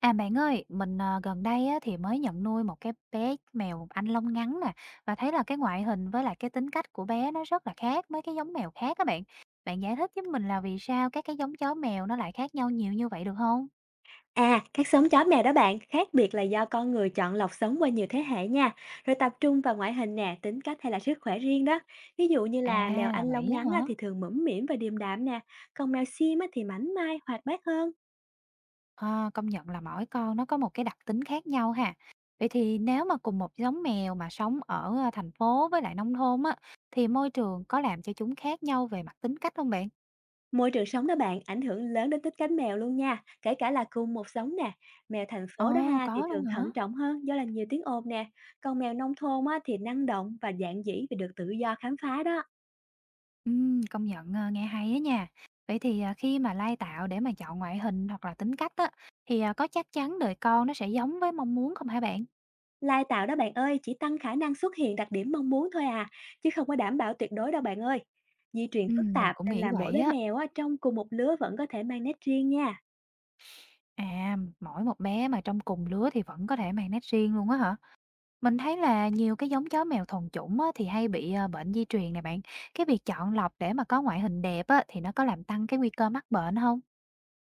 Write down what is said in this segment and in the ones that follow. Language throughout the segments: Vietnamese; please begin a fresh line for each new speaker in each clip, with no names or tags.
À, bạn ơi, mình, gần đây á thì mới nhận nuôi một cái bé mèo Anh lông ngắn nè, và thấy là cái ngoại hình với lại cái tính cách của bé nó rất là khác mấy cái giống mèo khác các bạn. Bạn giải thích với mình là vì sao các cái giống chó mèo nó lại khác nhau nhiều như vậy được không?
À, các giống chó mèo đó bạn, khác biệt là do con người chọn lọc sống qua nhiều thế hệ nha, rồi tập trung vào ngoại hình nè, tính cách hay là sức khỏe riêng đó. Ví dụ như
À,
là mèo
là
Anh lông
vậy
ngắn
á
á,
hả?
thì thường mũm mĩm và điềm đạm nè, còn mèo Xiêm á, thì mảnh mai, hoạt bát hơn.
Ờ, công nhận là mỗi con nó có một cái đặc tính khác nhau ha. Vậy thì nếu mà cùng một giống mèo mà sống ở, thành phố với lại nông thôn á, thì môi trường có làm cho chúng khác nhau về mặt tính cách không bạn?
Môi trường sống đó bạn, ảnh hưởng lớn đến tính cách mèo luôn nha, kể cả là cùng một giống nè. Mèo thành
Ờ,
phố đó ha thì
có
thường
luôn hả?
thận trọng hơn do là nhiều tiếng ồn nè, còn mèo nông thôn á, thì năng động và dạn dĩ vì được tự do khám phá đó.
Công nhận, nghe hay á nha. Vậy thì, khi mà lai tạo để mà chọn ngoại hình hoặc là tính cách á, thì, có chắc chắn đời con nó sẽ giống với mong muốn không hả bạn?
Lai tạo đó bạn ơi, chỉ tăng khả năng xuất hiện đặc điểm mong muốn thôi à, chứ không có đảm bảo tuyệt đối đâu bạn ơi. Di truyền phức
Mình
tạp
cũng
nên
nghĩ
là mỗi
vậy
bé
á.
mèo á, trong cùng một lứa vẫn có thể mang nét riêng nha.
À, mỗi một bé mà trong cùng lứa thì vẫn có thể mang nét riêng luôn á hả? Mình thấy là nhiều cái giống chó mèo thuần chủng á, thì hay bị, bệnh di truyền này bạn. Cái việc chọn lọc để mà có ngoại hình đẹp á, thì nó có làm tăng cái nguy cơ mắc bệnh không?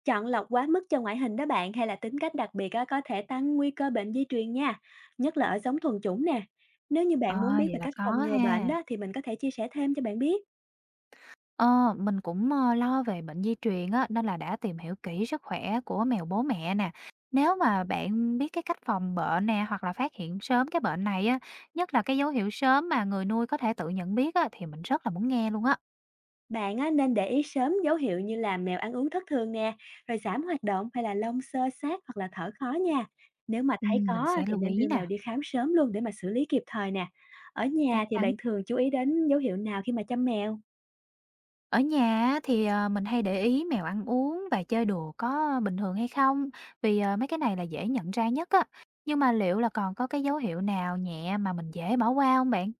Chọn lọc quá mức cho ngoại hình đó bạn hay là tính cách đặc biệt á, có thể tăng nguy cơ bệnh di truyền nha, nhất là ở giống thuần chủng nè. Nếu như
Ờ,
bạn muốn biết
vậy
về
là
cách
có
phòng ngừa bệnh
ha.
đó thì mình có thể chia sẻ thêm cho bạn biết.
Ờ, mình cũng, lo về bệnh di truyền á, nên là đã tìm hiểu kỹ sức khỏe của mèo bố mẹ nè. Nếu mà bạn biết cái cách phòng bệnh nè, hoặc là phát hiện sớm cái bệnh này á, nhất là cái dấu hiệu sớm mà người nuôi có thể tự nhận biết á, thì mình rất là muốn nghe luôn á.
Bạn á, nên để ý sớm dấu hiệu như là mèo ăn uống thất thường nè, rồi giảm hoạt động hay là lông xơ xát hoặc là thở khó nha. Nếu mà thấy có
Mình
á,
sẽ
thì
lưu
nên đưa
ý
mèo
nè,
đi khám sớm luôn để mà xử lý kịp thời nè. Ở
chắc
nhà thì
chắn.
bạn thường chú ý đến dấu hiệu nào khi mà chăm mèo?
Ở nhà á thì, mình hay để ý mèo ăn uống và chơi đùa có bình thường hay không, vì, mấy cái này là dễ nhận ra nhất á. Nhưng mà liệu là còn có cái dấu hiệu nào nhẹ mà mình dễ bỏ qua không bạn?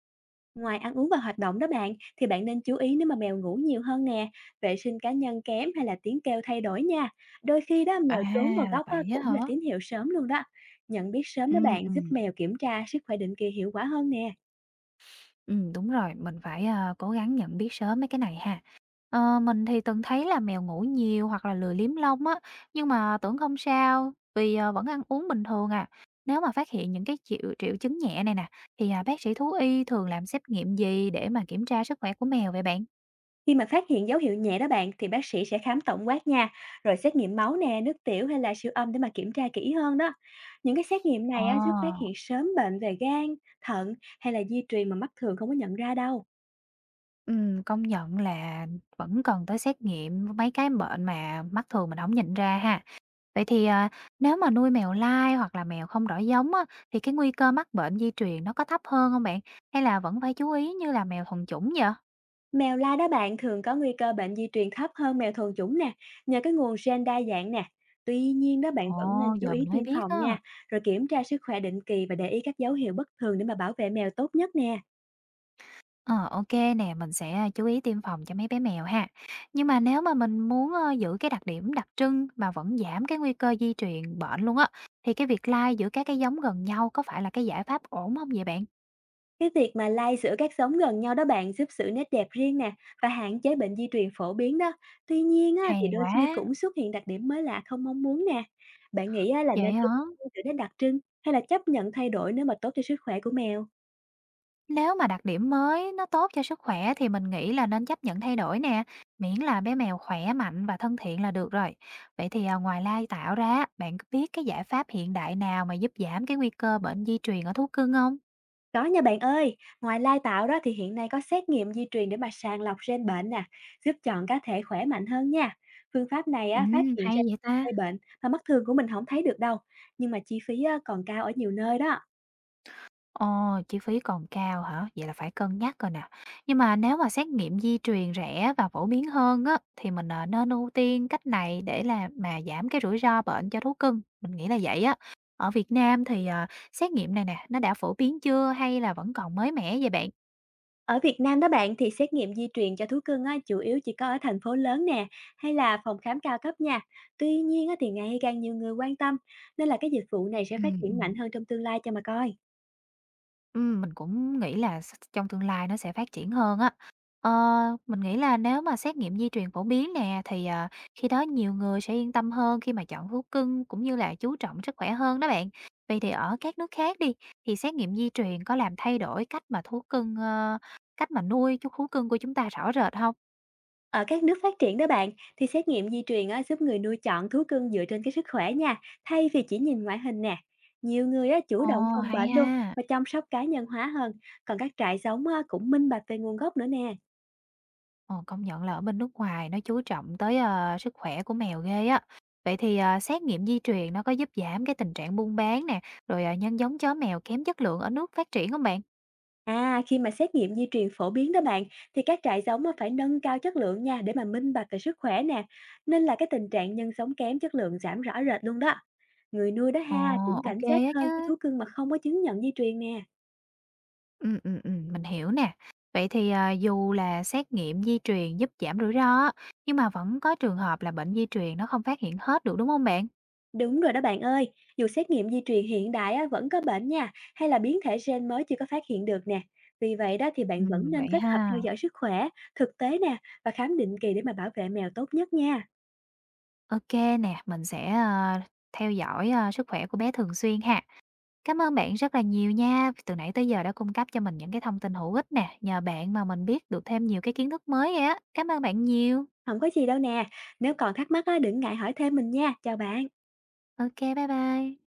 Ngoài ăn uống và hoạt động đó bạn, thì bạn nên chú ý nếu mà mèo ngủ nhiều hơn nè, vệ sinh cá nhân kém hay là tiếng kêu thay đổi nha. Đôi khi đó
À,
mèo trốn vào
là
góc á,
vậy á
cũng
hả?
là tín hiệu sớm luôn đó. Nhận biết sớm đó
Ừm,
bạn giúp
ừm.
mèo kiểm tra sức khỏe định kỳ hiệu quả hơn nè.
Đúng rồi, mình phải, cố gắng nhận biết sớm mấy cái này ha. Mình thì từng thấy là mèo ngủ nhiều hoặc là lười liếm lông á, nhưng mà tưởng không sao vì, vẫn ăn uống bình thường à. Nếu mà phát hiện những cái triệu triệu chứng nhẹ này nè, thì, bác sĩ thú y thường làm xét nghiệm gì để mà kiểm tra sức khỏe của mèo vậy bạn?
Khi mà phát hiện dấu hiệu nhẹ đó bạn thì bác sĩ sẽ khám tổng quát nha, rồi xét nghiệm máu nè, nước tiểu hay là siêu âm để mà kiểm tra kỹ hơn đó. Những cái xét nghiệm
Ờ,
này á, giúp phát hiện sớm bệnh về gan, thận hay là di truyền mà mắt thường không có nhận ra đâu.
ừm, công nhận là vẫn cần tới xét nghiệm mấy cái bệnh mà mắt thường mình không nhìn ra ha. Vậy thì, nếu mà nuôi mèo lai hoặc là mèo không rõ giống á, thì cái nguy cơ mắc bệnh di truyền nó có thấp hơn không bạn? Hay là vẫn phải chú ý như là mèo thuần chủng vậy?
Mèo lai đó bạn thường có nguy cơ bệnh di truyền thấp hơn mèo thuần chủng nè, nhờ cái nguồn gen đa dạng nè. Tuy nhiên đó bạn
Ồ,
vẫn nên chú
giờ
ý
mình mới
tiêm
biết
phòng
á.
nha, rồi kiểm tra sức khỏe định kỳ và để ý các dấu hiệu bất thường để mà bảo vệ mèo tốt nhất nè.
Ờ, ô nè, mình sẽ chú ý tiêm phòng cho mấy bé mèo ha. Nhưng mà nếu mà mình muốn, giữ cái đặc điểm đặc trưng mà vẫn giảm cái nguy cơ di truyền bệnh luôn á, thì cái việc lai giữa các cái giống gần nhau có phải là cái giải pháp ổn không vậy bạn?
Cái việc mà lai giữa các giống gần nhau đó bạn giúp giữ nét đẹp riêng nè và hạn chế bệnh di truyền phổ biến đó. Tuy nhiên á, thì
Hay
đôi khi
quá!
cũng xuất hiện đặc điểm mới lạ không mong muốn nè. Bạn nghĩ á, là
Vậy
nên ưu
hả?
tiên giữ nét đặc trưng hay là chấp nhận thay đổi nếu mà tốt cho sức khỏe của mèo?
Nếu mà đặc điểm mới nó tốt cho sức khỏe thì mình nghĩ là nên chấp nhận thay đổi nè, miễn là bé mèo khỏe mạnh và thân thiện là được rồi. Vậy thì ngoài lai tạo ra, bạn có biết cái giải pháp hiện đại nào mà giúp giảm cái nguy cơ bệnh di truyền ở thú cưng không?
Có nha bạn ơi, ngoài lai tạo đó thì hiện nay có xét nghiệm di truyền để mà sàng lọc gen bệnh nè, giúp chọn cá thể khỏe mạnh hơn nha. Phương pháp này
Ừ,
á, phát hiện
hay
ra
vậy ta.
gây bệnh mà mắt thường của mình không thấy được đâu, nhưng mà chi phí á, còn cao ở nhiều nơi đó.
Ồ, chi phí còn cao hả? Vậy là phải cân nhắc rồi nè. Nhưng mà nếu mà xét nghiệm di truyền rẻ và phổ biến hơn á, thì mình nên ưu tiên cách này để là mà giảm cái rủi ro bệnh cho thú cưng. Mình nghĩ là vậy á. Ở Việt Nam thì xét nghiệm này nè, nó đã phổ biến chưa hay là vẫn còn mới mẻ vậy bạn?
Ở Việt Nam đó bạn thì xét nghiệm di truyền cho thú cưng á, chủ yếu chỉ có ở thành phố lớn nè hay là phòng khám cao cấp nha. Tuy nhiên á, thì ngày càng nhiều người quan tâm nên là cái dịch vụ này sẽ
Ừ,
phát
ừ.
triển mạnh hơn trong tương lai cho mà coi.
Mình cũng nghĩ là trong tương lai nó sẽ phát triển hơn á. Ờ, mình nghĩ là nếu mà xét nghiệm di truyền phổ biến nè, thì, khi đó nhiều người sẽ yên tâm hơn khi mà chọn thú cưng cũng như là chú trọng sức khỏe hơn đó bạn. Vậy thì ở các nước khác đi, thì xét nghiệm di truyền có làm thay đổi cách mà nuôi chú thú cưng của chúng ta rõ rệt không?
Ở các nước phát triển đó bạn thì xét nghiệm di truyền á, giúp người nuôi chọn thú cưng dựa trên cái sức khỏe nha thay vì chỉ nhìn ngoại hình nè. Nhiều người á, chủ
Ồ,
động phòng
hay
bệnh luôn
ha!
và chăm sóc cá nhân hóa hơn. Còn các trại giống á, cũng minh bạch về nguồn gốc nữa nè.
Ồ, công nhận là ở bên nước ngoài nó chú trọng tới, sức khỏe của mèo ghê á. Vậy thì, xét nghiệm di truyền nó có giúp giảm cái tình trạng buôn bán nè, rồi, nhân giống chó mèo kém chất lượng ở nước phát triển không bạn?
À, khi mà xét nghiệm di truyền phổ biến đó bạn, thì các trại giống á, phải nâng cao chất lượng nha để mà minh bạch về sức khỏe nè. Nên là cái tình trạng nhân sống kém chất lượng giảm rõ rệt luôn đó. Người nuôi đó
Ồ,
ha cũng
ok
cảnh giác
á
hơn với
chứ.
thú cưng mà không có chứng nhận di truyền nè.
Mình hiểu nè. Vậy thì, dù là xét nghiệm di truyền giúp giảm rủi ro á, nhưng mà vẫn có trường hợp là bệnh di truyền nó không phát hiện hết được, đúng không bạn?
Đúng rồi đó bạn ơi, dù xét nghiệm di truyền hiện đại á, vẫn có bệnh nha, hay là biến thể gen mới chưa có phát hiện được nè. Vì vậy đó thì bạn vẫn nên
Vậy
kết hợp theo
ha.
dõi sức khỏe, thực tế nè và khám định kỳ để mà bảo vệ mèo tốt nhất nha.
Ok nè, mình sẽ, theo dõi, sức khỏe của bé thường xuyên ha. Cảm ơn bạn rất là nhiều nha. Từ nãy tới giờ đã cung cấp cho mình những cái thông tin hữu ích nè, nhờ bạn mà mình biết được thêm nhiều cái kiến thức mới vậy á. Cảm ơn bạn nhiều.
Không có gì đâu nè, nếu còn thắc mắc á, đừng ngại hỏi thêm mình nha. Chào bạn.
Ok, bye bye.